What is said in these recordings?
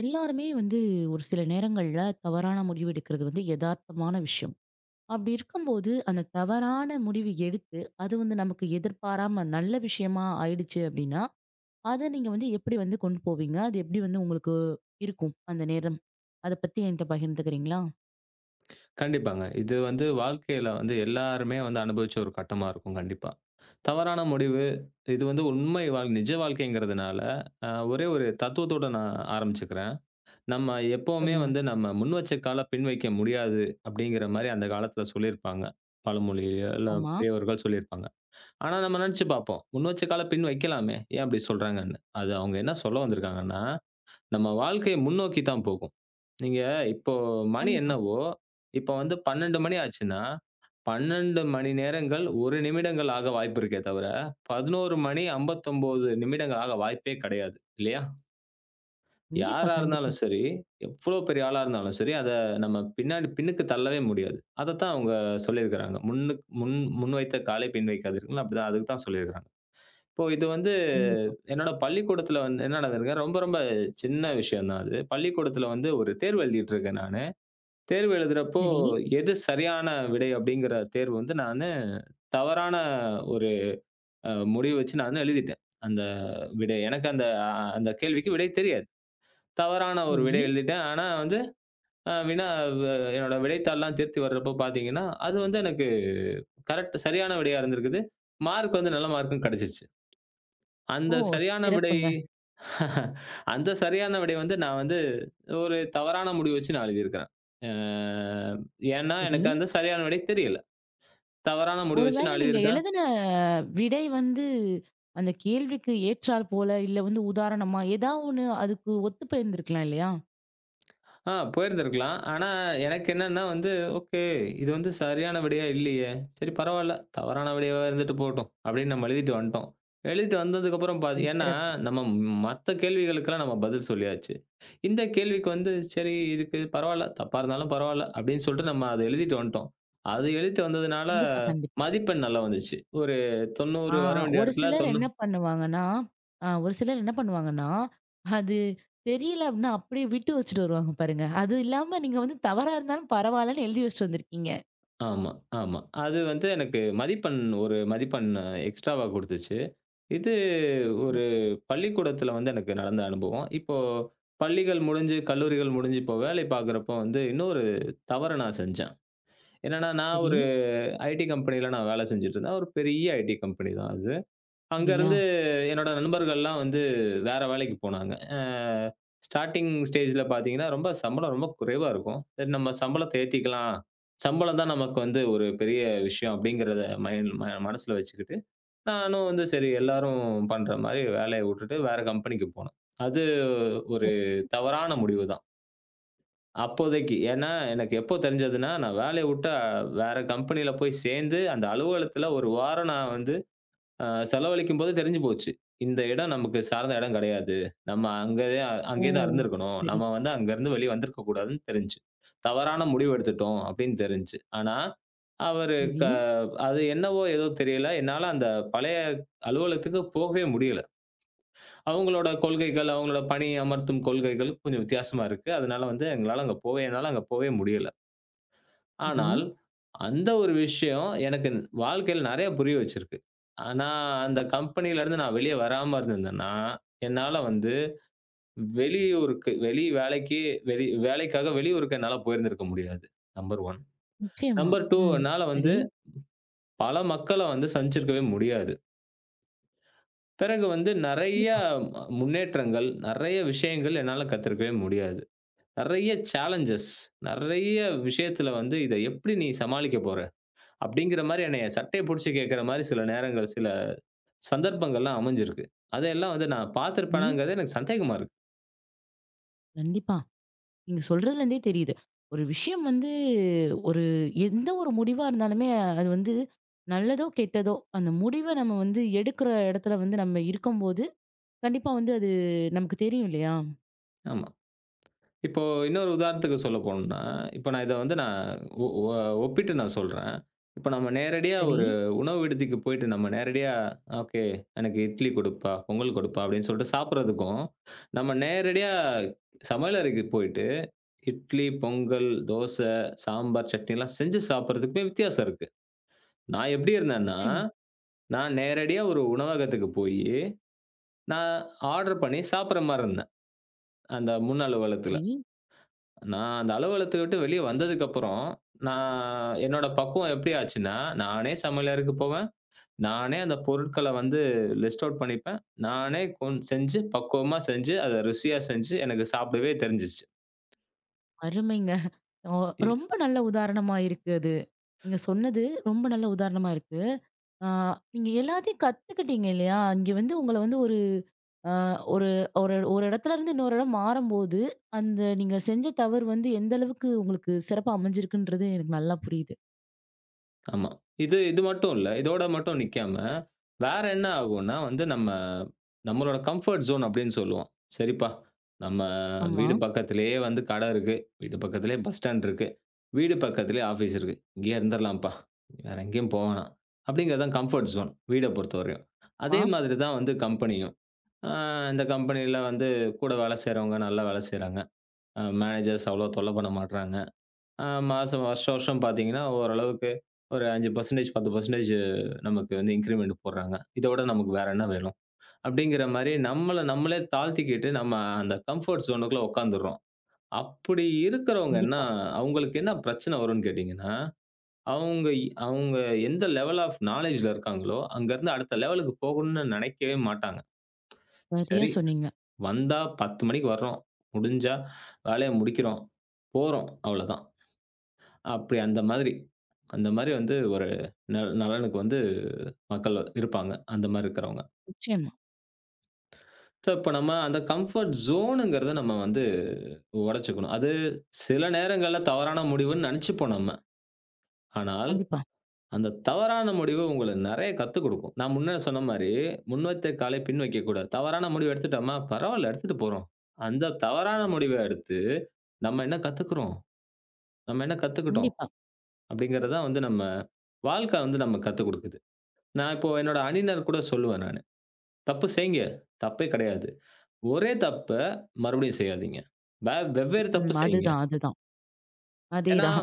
எல்லாருமே வந்து ஒரு சில நேரங்கள்ல தவறான முடிவு எடுக்கிறது வந்து யதார்த்தமான விஷயம். அப்படி இருக்கும்போது, அந்த தவறான முடிவு எடுத்து, அது வந்து நமக்கு எதிர்பாராம நல்ல விஷயமா ஆயிடுச்சு அப்படின்னா, அத நீங்க வந்து எப்படி வந்து கொண்டு போவீங்க? அது எப்படி வந்து உங்களுக்கு இருக்கும் அந்த நேரம்? அத பத்தி என்கிட்ட பகிர்ந்துக்கிறீங்களா? கண்டிப்பாங்க. இது வந்து வாழ்க்கையில வந்து எல்லாருமே வந்து அனுபவிச்ச ஒரு கட்டமா இருக்கும் கண்டிப்பா. தவறான முடிவு, இது வந்து உண்மை வாழ் நிஜ வாழ்க்கைங்கிறதுனால, ஒரே ஒரு தத்துவத்தோட நான் ஆரம்பிச்சுக்கிறேன். நம்ம எப்பவுமே சொல்லுங்க. வந்து நம்ம முன் வச்ச கால பின் வைக்க முடியாது அப்படிங்கிற மாரி அந்த காலத்துல சொல்லியிருப்பாங்க. பழமொழியோ இல்ல ஆமா. பெரியவர்கள் சொல்லியிருப்பாங்க. ஆனா நம்ம நெனச்சு பார்ப்போம். முன் வச்ச கால பின் வைக்கலாமே! ஏன் அப்படி சொல்றாங்கன்னு. அது அவங்க என்ன சொல்ல வந்திருக்காங்கன்னா, நம்ம வாழ்க்கை முன்னோக்கி தான் போகும். நீங்க இப்போ மணி கண்டிப்பா. என்னவோ, இப்ப வந்து 12:00 மணி ஆச்சுன்னா, 12 மணி நேரங்கள் 1 நிமிடங்கள் ஆக வாய்ப்பு இருக்கே தவிர, 11 மணி 59 நிமிடங்கள் ஆக வாய்ப்பே கிடையாது. இல்லையா? கண்டிப்பா, யாரா கண்டிப்பா, இருந்தாலும் சரி, எவ்ளோ பெரிய ஆளா இருந்தாலும் சரி, அத நம்ம பின்னாடி பின்னுக்கு தள்ளவே முடியாது. அதத்தான் அவங்க சொல்லியிருக்கிறாங்க. முன் வைத்த காலை பின் வைக்காதீர்கள்ன்னு" அப்படிதான் அதுக்கு தான் சொல்லியிருக்கிறாங்க. இப்போ இது வந்து கண்டிப்பா. என்னோட பள்ளிக்கூடத்துல வந்து என்ன நடந்திருக்கு, ரொம்ப ரொம்ப சின்ன விஷயம் தான் அது. பள்ளிக்கூடத்துல வந்து ஒரு தேர்வு எழுதிட்டு இருக்கேன் நானு. தேர்வு எழுதுறப்போ, சரி, எது சரியான விடை அப்படிங்கிற தேர்வு வந்து நானு தவறான ஒரு முடிவு வச்சு நான் எழுதிட்டேன். அந்த விடை. எனக்கு அந்த அந்த கேள்விக்கு விடை தெரியாது. தவறான ஒரு விடை சரி. எழுதிட்டேன். ஆனா வந்து அ வினா வ என்னோட விடைத்தாள்லாம் திருத்தி வர்றப்போ பார்த்தீங்கன்னா, அது வந்து எனக்கு சரியான விடையா இருந்திருக்குது. மார்க் வந்து நல்ல மார்க்கும் கிடைச்சிருச்சு. அந்த ஓ! சரியான விடை சிறப்புங்க. அந்த சரியான விடை வந்து நான் வந்து ஒரு தவறான முடிவு வச்சு நான் எழுதியிருக்கிறேன். அ ஏன்னா, சரி. எனக்கு அந்த சரியான விடை தெரியல. தவறான முடிவு வச்சு ஒருவேளை நான் நீங்க எழுதியிருக்கிறேன். எழுதின விடை வந்து அந்த கேள்விக்கு ஏற்றாற் போல, இல்ல வந்து உதாரணமா ஏதா ஒண்ணு அதுக்கு ஒத்து போயிருந்திருக்கலாம் இல்லையா? ஆ போயிருந்திருக்கலாம். ஆனா எனக்கு என்னன்னா வந்து, ஓகே இது வந்து சரியான விடையா இல்லையே! சரி பரவால்ல. தவறான விடையாவா இருந்துட்டு போட்டும். அப்படின்னு நம்ம எழுதிட்டு வந்துட்டோம். எழுதிட்டு வந்ததுக்கப்புறம் ம். ஏன்னா சிறப்பு. நம்ம மத்த கேள்விகளுக்கெல்லாம் நம்ம பதில் சொல்லியாச்சு. இந்த கேள்விக்கு வந்து சரி இதுக்கு பரவால்ல. தப்பா இருந்தாலும் பரவால்ல. அப்படின்னு சொல்லிட்டு நம்ம அத எழுதிட்டு வந்துட்டோம். அது எழுதிட்டு வந்ததுனால கண்டிப்பா, கண்டிப்பா. மதிப்பெண் நல்லா வந்துச்சு. ஒரு ஆ 90 வர வேண்டிய ஒரு இடத்துல சிலர் என்ன 90 பண்ணுவாங்கன்னா, ஒரு சிலர் என்ன பண்ணுவாங்கன்னா, அது தெரியல அப்படின்னா அப்படியே விட்டு வச்சுட்டு வருவாங்க பாருங்க. அது இல்லாம நீங்க வந்து தவறா இருந்தாலும் பரவாயில்லன்னு எழுதி வச்சுட்டு வந்திருக்கீங்க. ஆமா, ஆமா. அது வந்து எனக்கு மதிப்பெண் ஒரு மதிப்பெண் எக்ஸ்ட்ராவா குடுத்துச்சு. இது ஒரு சிறப்பு. பள்ளிக்கூடத்துல வந்து எனக்கு நடந்த அனுபவம். இப்போ பள்ளிகள் முடிஞ்சு, கல்லூரிகள் முடிஞ்சு இப்போ வேலை பார்க்குறப்போ வந்து இன்னொரு தவற நான் செஞ்சேன். என்னன்னா, நான் சரி. ஒரு ஐடி கம்பெனியில நான் வேலை செஞ்சுட்டு இருந்தேன். ஒரு பெரிய ஐடி கம்பெனி தான் அது. அப்படியா? அங்கருந்து என்னோட நண்பர்கள்லாம் வந்து வேற வேலைக்கு போனாங்க. ஸ்டார்ட்டிங் ஸ்டேஜ்ல பார்த்தீங்கன்னா, ரொம்ப சம்பளம் ரொம்ப குறைவா இருக்கும். சரி நம்ம சம்பளத்த ஏத்திக்கலாம். சம்பளம் தான் நமக்கு வந்து ஒரு பெரிய விஷயம் அப்படிங்கிறத மைண்ட் மனசுல வச்சுக்கிட்டு, நானும் வந்து சரி எல்லாரும் பண்ற மாரி வேலைய விட்டுட்டு வேற கம்பெனிக்கு போனேன். அது ஒரு சரி. தவறான முடிவு தான். அப்போதைக்கு. ஏன்னா, எனக்கு எப்போ தெரிஞ்சதுன்னா, நான் வேலைய விட்டு வேற கம்பெனியில போய் சேர்ந்து, அந்த அலுவலகத்துல 1 வாரம் நான் வந்து செலவழிக்கும்போது தெரிஞ்சு போச்சு. இந்த இடம் நமக்கு சார்ந்த இடம் கிடையாது. நம்ம ஓ! அங்கேயே தான் இருந்திருக்கணும். சரி, நம்ம வந்து அங்கருந்து வெளிய வந்திருக்க கூடாதுன்னு தெரிஞ்சுச்சு. தவறான முடிவு எடுத்துட்டோம் அப்படின்னு தெரிஞ்சுச்சு. ஆனா, அவரு க சரி, அது என்னவோ ஏதோ தெரியல. என்னால அந்த பழைய அலுவலகத்துக்கு போகவே முடியல. அவங்களோட கொள்கைகள், அவங்களோட பணி அமர்த்தும் கொள்கைகள் கொஞ்சம் வித்தியாசமா இருக்கு. அதனால வந்து எங்களால அங்க போவே என்னால அங்க போவே முடியல. சரி. ஆனால், அந்த ஒரு விஷயம் எனக்கு வாழ்க்கையில நெறைய புரிய வச்சிருக்கு. ஆனா, அந்த கம்பெனியிலருந்து நான் வெளிய வராம இருந்திருந்தேன்னா, என்னால வந்து வெளியூருக்கு வெளி வேலைக்கு வெளி வேலைக்காக வெளியூருக்கு என்னால போயிருந்திருக்க முடியாது. நம்பர் 1. நிச்சயமா. நம்பர் 2 ம். என்னால வந்து சரி. பல மக்கள வந்து சந்திச்சிருக்கவே முடியாது. பிறகு வந்து நெறைய கண்டிப்பா. முன்னேற்றங்கள், நெறைய விஷயங்கள் என்னால கத்துருக்கவே முடியாது. நெறைய சேலஞ்சஸ், நெறைய விஷயத்துல வந்து இத எப்படி நீ சமாளிக்க போற? அப்படிங்கிற மாரி என்னைய சட்டைய புடிச்சு கேட்கிற மாரி சில நேரங்கள், சில சந்தர்ப்பங்கள்லாம் அமைஞ்சிருக்கு. அதையெல்லாம் வந்து நான் சரி. பார்த்திருப்பேனாங்கிறது எனக்கு சந்தேகமா இருக்கு. கண்டிப்பா. நீங்க சொல்றதுல இருந்தே தெரியுது. ஒரு விஷயம் வந்து ஒரு எந்த ஒரு முடிவா இருந்தாலுமே அது வந்து நல்லதோ, கெட்டதோ அந்த முடிவ நம்ம வந்து எடுக்கிற இடத்துல வந்து நம்ம இருக்கும்போது, கண்டிப்பா வந்து அது நமக்கு தெரியும் இல்லையா? ஆமா. இப்போ இன்னொரு உதாரணத்துக்கு சொல்ல போணும்னா, இப்ப நான் இத வந்து நான் ஒ ஒ ஒப்பிட்டு நான் சொல்றேன். இப்ப நம்ம நேரடியா சரி. ஒரு உணவு விடுதிக்கு போயிட்டு நம்ம நேரடியா, "ஓகே எனக்கு இட்லி கொடுப்பா, பொங்கல் கொடுப்பா" அப்படின்னு சொல்லிட்டு சாப்பிடுறதுக்கும், நம்ம நேரடியா சமையலறைக்கு போயிட்டு இட்லி, பொங்கல், தோசை, சாம்பார், சட்னிலாம் செஞ்சு சாப்பிடுறதுக்குமே வித்தியாசம் இருக்கு. நான் எப்படி இருந்தேன்னா நிச்சயமா. நான் நேரடியா ஒரு உணவகத்துக்கு போயி, நான் ஆர்டர் பண்ணி சாப்பிடுற மாரி இருந்தேன். அந்த முன் அலுவலகத்துல. சரி. நான் அந்த அலுவலகத்த விட்டு வெளிய வந்ததுக்கப்புறம், நான் என்னோட பக்குவம் எப்படி ஆச்சுன்னா, நானே சமையலறைக்கு போவேன். நானே அந்த பொருட்கள வந்து லிஸ்ட் அவுட் பண்ணிப்பேன். நானே செஞ்சு, பக்குவமா செஞ்சு, அத ருசியா செஞ்சு எனக்கு சாப்பிடவே தெரிஞ்சுச்சு. அருமைங்க. ஒ ரொம்ப நல்ல உதாரணமா இருக்கு அது. நீங்க சொன்னது ரொம்ப நல்ல உதாரணமா இருக்கு. ஆ நீங்க எல்லாத்தையும் கத்துக்கிட்டீங்க இல்லையா? இங்க வந்து உங்கள வந்து ஒரு அ ஒரு ஒரு ஒரு இடத்துல இருந்து இன்னொரு இடம் மாறும்போது, அந்த நீங்க செஞ்ச தவறு வந்து எந்த அளவுக்கு உங்களுக்கு சிறப்பா அமைஞ்சிருக்குன்றது எனக்கு நல்லா புரியுது. ஆமா. இது இது மட்டும் இல்ல. இதோட மட்டும் நிக்காம, வேற என்ன ஆகும்னா வந்து நம்மளோட கம்ஃபோர்ட் ஜோன் அப்டின்னு சொல்லுவோம். சரிப்பா, நம்ம ஆமா, வீடு பக்கத்திலேயே வந்து கட இருக்கு. வீட்டு பக்கத்திலேயே பஸ் ஸ்டாண்ட் இருக்கு. வீடு பக்கத்திலேயே ஆஃபீஸ் இருக்கு. இங்கேயே இருந்துரலாம்ப்பா. வேற எங்கேயும் போ வேணாம். அப்டிங்கிறது தான் கம்ஃபோர்ட் ஜோன் வீட பொறுத்தவரையும். அதே ஆமா. மாதிரி தான் வந்து கம்பெனியும். ஆ இந்த கம்பெனியில வந்து கூட வேல செய்றவங்க நல்லா வேல செய்றாங்க. மேனேஜர்ஸ் அவ்வளோ தொல்ல பண்ண மாட்றாங்க. மாசம் வருஷம் வருஷம் பார்த்தீங்கன்னா, ஓரளவுக்கு ஒரு 5% 10% நமக்கு வந்து இன்கிரிமென்ட் போடுறாங்க. இதோட நமக்கு வேற என்ன வேணும்? அப்படிங்கிற மாரி நம்மள நம்மளே தாழ்த்திக்கிட்டு, நம்ம அந்த கம்ஃபோர்ட் ஜோனுக்குள்ள உட்காந்துர்றோம். அப்படி இருக்கிறவங்க என்ன கண்டிப்பா. அவங்களுக்கு என்ன பிரச்சனை வரும்ன்னு கேட்டீங்கன்னா, அவங்க அவங்க எந்த லெவல் ஆஃப் நாலேட்ஜ்ல இருக்காங்களோ, அங்கருந்து அடுத்த லெவலுக்கு போகணும்னு நினைக்கவே மாட்டாங்க. சரியா சரி சொன்னீங்க. வந்தா 10 மணிக்கு வர்றோம். முடிஞ்சா வேலைய முடிக்கிறோம். போறோம். அவ்வளோதான். அப்படி அந்த மாதிரி. அந்த மாதிரி வந்து ஒரு நலனுக்கு வந்து மக்கள் இருப்பாங்க. அந்த மாரி இருக்கிறவங்க. நிச்சயமா. சோ, இப்ப நம்ம அந்த கம்ஃபர்ட் ஜோனுங்கிறத நம்ம வந்து உடைச்சுக்கணும். அது சில நேரங்கள்ல தவறான முடிவுன்னு நெனைச்சுப்போம் நம்ம. ஆனால், கண்டிப்பா, அந்த தவறான முடிவு உங்களுக்கு நெறைய கத்துக் குடுக்கும். நான் முன்ன சொன்ன மாரி, "முன் வைத்த காலை பின் வைக்கக்கூடாது." தவறான முடிவு எடுத்துட்டோமா, பரவால்ல எடுத்துட்டு போறோம். அந்த தவறான முடிவ எடுத்து நம்ம என்ன கத்துக்கிறோம்? நம்ம என்ன கத்துக்கிட்டோம்? கண்டிப்பா. அப்படிங்கிறது தான் வந்து நம்ம வாழ்க்கை வந்து நம்ம கத்துக் குடுக்குது. நான் இப்போ என்னோட அணியினர் கூட சொல்லுவேன் நானு. "தப்பு செய்யுங்க. தப்பே கிடையாது. ஒரே தப்ப மறுபடியும் செய்யாதீங்க. வெவ்வேறு தப்பு ம். செய்யுங்க." அதுதான், அதுதான். ஏன்னா அதேதான்.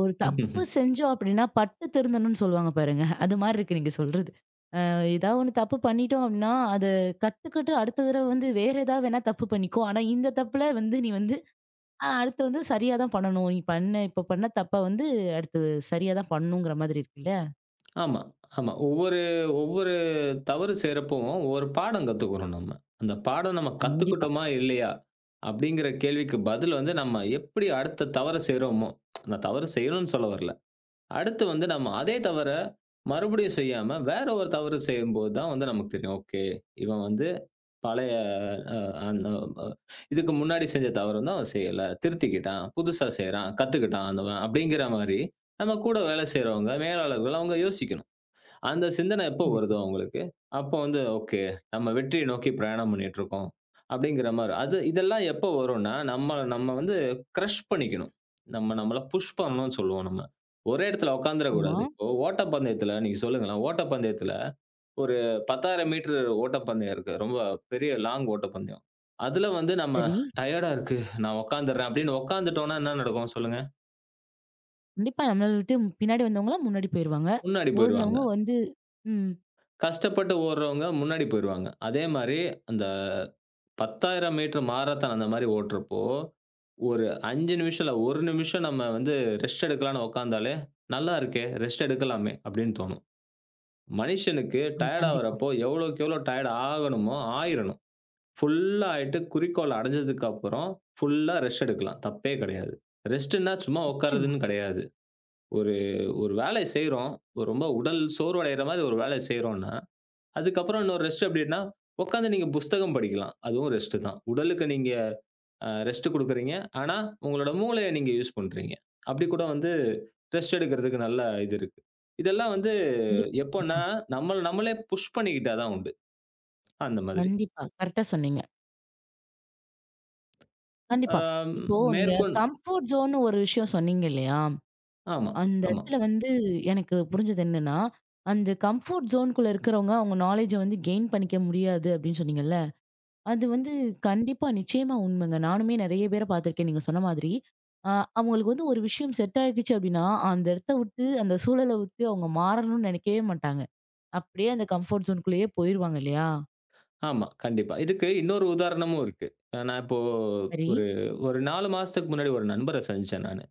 ஒரு தப்பு செஞ்சோம் அப்படின்னா, பட்டு திருந்தணும்னு சொல்லுவாங்க பாருங்க. அது மாரி இருக்கு நீங்க சொல்றது. ஏதாவது ஒண்ணு தப்பு பண்ணிட்டோம் அப்படின்னா, அத கத்துக்கிட்டு அடுத்த தடவ வந்து வேற ஏதாவது வேணா தப்பு பண்ணிக்கோ. ஆனா இந்த தப்புல வந்து நீ வந்து அடுத்து வந்து சரியா தான் பண்ணணும். நீ பண்ண இப்ப பண்ண தப்ப வந்து அடுத்து சரியா தான் பண்ணணுங்கிற மாதிரி இருக்குல்ல? ஆமா, ஆமா. ஒவ்வொரு ஒவ்வொரு தவறு செய்றப்பவும் ஒவ்வொரு பாடம் கத்துக்கிறோம் நம்ம. அந்த பாடம் நம்ம கண்டிப்பா, கத்துக்கிட்டோமா, இல்லையா? அப்படிங்கிற கேள்விக்கு பதில் வந்து நம்ம எப்படி அடுத்த தவற செய்றோமோ நான் தவறு செய்யணும்னு சொல்ல வரல. அடுத்து வந்து நம்ம அதே தவற மறுபடியும் செய்யாம, வேற ஒரு தவறு செய்யும்போது தான் வந்து நமக்கு தெரியும். ஓகே. இவன் வந்து பழைய அ அந்த அ இதுக்கு முன்னாடி செஞ்ச தவறு வந்து அவன் செய்யல. திருத்திக்கிட்டான். புதுசா செய்றான். கத்துக்கிட்டான் அந்தவன். அப்படிங்கிற மாரி, நம்ம கூட வேலை செய்றவங்க, மேலாளர்கள் அவங்க யோசிக்கணும். அந்த சிந்தனை எப்போ வருதோ கண்டிப்பா. அவங்களுக்கு, அப்போ வந்து ஓகே. நம்ம வெற்றியை நோக்கி பிரயாணம் பண்ணிட்டு இருக்கோம். அப்படிங்கிற மாரி. அது இதெல்லாம் எப்போ வரும்னா, நம்ம நம்ம வந்து கிரஷ் பண்ணிக்கணும். நம்ம நம்மள புஷ் பண்ணணும்னு சொல்லுவோம் நம்ம. ஒரே இடத்துல ஆமா. உட்கார்ந்துறக்கூடாது. இப்போ ஓட்டப்பந்தயத்துல நீங்க சொல்லுங்களேன். ஓட்டப்பந்தயத்துல ஒரு 10,000 மீட்டர் ஓட்டப்பந்தயம் இருக்கு. ரொம்ப பெரிய லாங் ஓட்டப்பந்தயம். அதுல வந்து நம்ம சரி. டயர்டா இருக்கு. நான் உட்கார்ந்துடுறேன் அப்படின்னு உட்கார்ந்துட்டோம்னா என்ன நடக்கும் சொல்லுங்க? கண்டிப்பா நம்மள விட்டு பின்னாடி வந்தவங்கலாம் முன்னாடி போயிருவாங்க. முன்னாடி போயிருவாங்க. ஓடுனவங்க வந்து ம். கஷ்டப்பட்டு ஓடுறவங்க முன்னாடி போயிருவாங்க. அதே மாரி அந்த 10,000 மீட்டர் மாரத்தான் அந்த மாரி ஓட்றப்போ, ஒரு 5 நிமிஷம் இல்ல 1 நிமிஷம் நம்ம வந்து ரெஸ்ட் எடுக்கலாம்ன்னு உட்கார்ந்தாலே, நல்லா இருக்கே! ரெஸ்ட் எடுக்கலாமே அப்படின்னு தோணும். மனுஷனுக்கு ஆ டயர்ட் கண்டிப்பா. ஆவுறப்போ எவ்வளோக்கு எவ்வளோ டயர்ட் ஆகணுமோ ஆயிரணும். ஃபுல்லா ஆயிட்டு குறிக்கோள் அடைஞ்சதுக்கு அப்புறம், ஃபுல்லா ரெஸ்ட் எடுக்கலாம். தப்பே கிடையாது. ரெஸ்ட்டுன்னா சும்மா நிச்சயமா. உட்கார்றதுன்னு கிடையாது. ஒரு ஒரு வேலை செய்றோம். ஒரு ரொம்ப உடல் சோர்வடைற மாரி ஒரு வேலை செய்றோம்ன்னா, அதுக்கப்புறம் இன்னொரு ரெஸ்ட் எப்படின்னா, உட்கார்ந்து நீங்க புஸ்தகம் படிக்கலாம். அதுவும் ரெஸ்ட்டு தான். உடலுக்கு நீங்க ரெஸ்ட்டு குடுக்குறீங்க. ஆனா, உங்களோட மூளைய நீங்க யூஸ் பண்றீங்க. அப்படி கூட வந்து ரெஸ்ட் எடுக்கிறதுக்கு நல்ல இது இருக்கு. இதெல்லாம் வந்து கண்டிப்பா, கண்டிப்பா. எப்போன்னா, நம்மள நம்மளே புஷ் பண்ணிக்கிட்டா தான் உண்டு. அந்த மாதிரி. கண்டிப்பா. கரெக்ட்டா சொன்னீங்க. அ கண்டிப்பா. இப்போ நீங்க மேற்கொண் கம்ஃபோர்ட் ஜோன்னு ஒரு விஷயம் சொன்னீங்க இல்லையா? ஆமா, அந்த ஆமா. இடத்துல வந்து எனக்கு புரிஞ்சது என்னன்னா, அந்த கம்ஃபோர்ட் ஜோன்க்குள்ள இருக்கிறவங்க அவங்க நாலேட்ஜ வந்து கெயின் பண்ணிக்க முடியாது அப்படின்னு சொன்னீங்கல்ல? அது வந்து கண்டிப்பா, நிச்சயமா உண்மைங்க. நானுமே நெறைய பேர பார்த்துருக்கேன் நீங்க சொன்ன மாதிரி. அ அவங்களுக்கு வந்து ஒரு விஷயம் செட் ஆகிடுச்சு அப்டின்னா, அந்த இடத்த விட்டு, அந்த சூழல விட்டு அவங்க மாறணும்னு நெனைக்கவே மாட்டாங்க. அப்படியே அந்த கம்ஃபோர்ட் ஜோன் குள்ளேயே போயிருவாங்க இல்லையா? ஆமா, கண்டிப்பா. இதுக்கு இன்னொரு உதாரணமும் இருக்கு. நான் இப்போ சரி, ஒரு ஒரு 4 மாசத்துக்கு முன்னாடி ஒரு நண்பர சந்திச்சேன் நானு.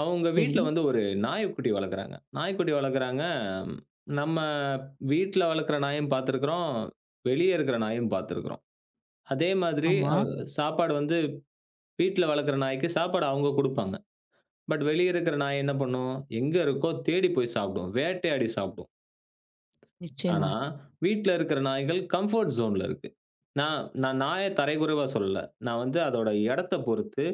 அவங்க சரி. வீட்ல வந்து ஒரு நாய்க்குட்டி வளர்க்குறாங்க. நாய்க்குட்டி வளர்க்குறாங்க. நம்ம வீட்ல வளர்க்குற நாயும் பார்த்துருக்குறோம். வெளிய இருக்கிற நாயும் பார்த்துருக்குறோம். அதே மாதிரி ஆமா. சாப்பாடு வந்து வீட்ல வளர்க்குற நாய்க்கு சாப்பாடு அவங்க குடுப்பாங்க. பட் வெளிய இருக்கிற நாய் என்ன பண்ணும்? எங்க இருக்கோ தேடி போய் சாப்பிடும். வேட்டையாடி சாப்பிடும். ஆனா, நிச்சயமா. வீட்ல இருக்கிற நாய்கள் கம்ஃபோர்ட் ஜோன்ல இருக்கு. நான் நான் நாய தரைக்குறைவா சொல்லல. நான் வந்து அதோட இடத்த பொறுத்து,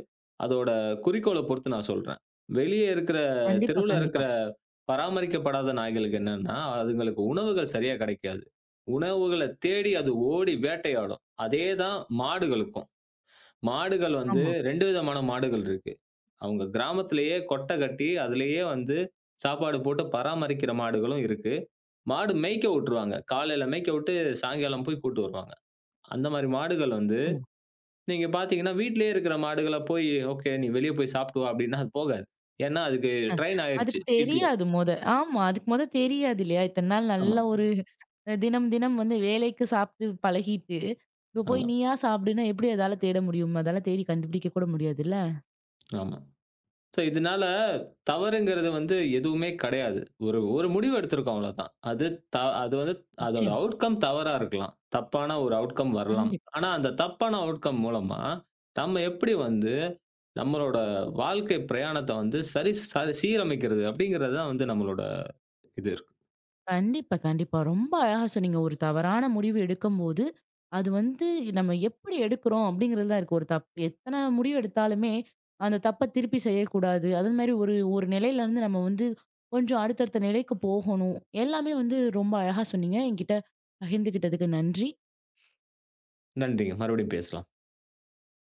அதோட குறிக்கோள பொறுத்து நான் சொல்றேன். வெளிய இருக்கிற கண்டிப்பா, தெருவுல கண்டிப்பா. இருக்கிற பராமரிக்கப்படாத நாய்களுக்கு என்னன்னா, அதுங்களுக்கு உணவுகள் சரியா கிடைக்காது. உணவுகள தேடி அது ஓடி வேட்டையாடும். அதே தான் மாடுகளுக்கும். மாடுகள் வந்து ஆமா, 2 விதமான மாடுகள் இருக்கு. அவங்க கிராமத்திலேயே கொட்டை கட்டி, அதிலேயே வந்து சாப்பாடு போட்டு பராமரிக்கிற மாடுகளும் இருக்கு. மாடு மேய்க்க விட்டுருவாங்க. காலையில மேய்க்க விட்டு சாயங்காலம் போய் கூட்டு வருவாங்க. அந்த மாரி மாடுகள் வந்து ஆமா. நீங்க பார்த்தீங்கன்னா, வீட்டிலேயே இருக்கிற மாடுகள போய், "ஓகே நீ வெளிய போய் சாப்பிட்டு வா" அப்படின்னா அது போகாது. ஏன்னா அதுக்கு அஹ் ட்ரெயின் ஆயிருச்சு அதுக்கு வீட்ல. தெரியாது மொத. ஆமா. அதுக்கு மொத தெரியாது இல்லையா? இத்தன நாள் ஆமா, நல்ல ஒரு தினம், தினம் வந்து வேலைக்கு சாப்ட்டு பழகிட்டு, இப்ப போய் ஆமா, நீயா சாப்பிடுன்னா எப்படி அதால தேட முடியும்? அதால தேடி கண்டுபிடிக்க கூட முடியாதுல்ல. ஆமா. ஸோ இதனால தவறுங்கிறது வந்து எதுவுமே கிடையாது. ஒரு ஒரு முடிவு எடுத்திருக்கோம் அவ்வளோதான். அது அது வந்து அதோட நிச்சயம். அவுட்கம் தவறா இருக்கலாம். தப்பான ஒரு அவுட்கம் வரலாம். கண்டிப்பா. ஆனா அந்த தப்பான அவுட்கம் மூலமா, நம்ம எப்படி வந்து நம்மளோட வாழ்க்கை பிரயாணத்த வந்து சரி ச சீரமைக்கிறது அப்படிங்கிறது தான் வந்து நம்மளோட இது இருக்கு. கண்டிப்பா, கண்டிப்பா. ரொம்ப அழகா சொன்னீங்க. ஒரு தவறான முடிவு எடுக்கும்போது, அது வந்து நம்ம எப்படி எடுக்கிறோம் அப்படிங்கிறது தான் இருக்கு. ஒரு தப்பு எத்தன முடிவு எடுத்தாலுமே, அந்த தப்ப திருப்பி செய்யக்கூடாது. அதே மாரி ஒரு ஒரு நிலையிலருந்து நம்ம வந்து கொஞ்சம் அடுத்தடுத்த நிலைக்கு போகணும். எல்லாமே வந்து ரொம்ப அழகா சொன்னீங்க. என்கிட்ட பகிர்ந்துகிட்டதுக்கு நன்றி. நன்றிங்க. மறுபடியும் பேசலாம்.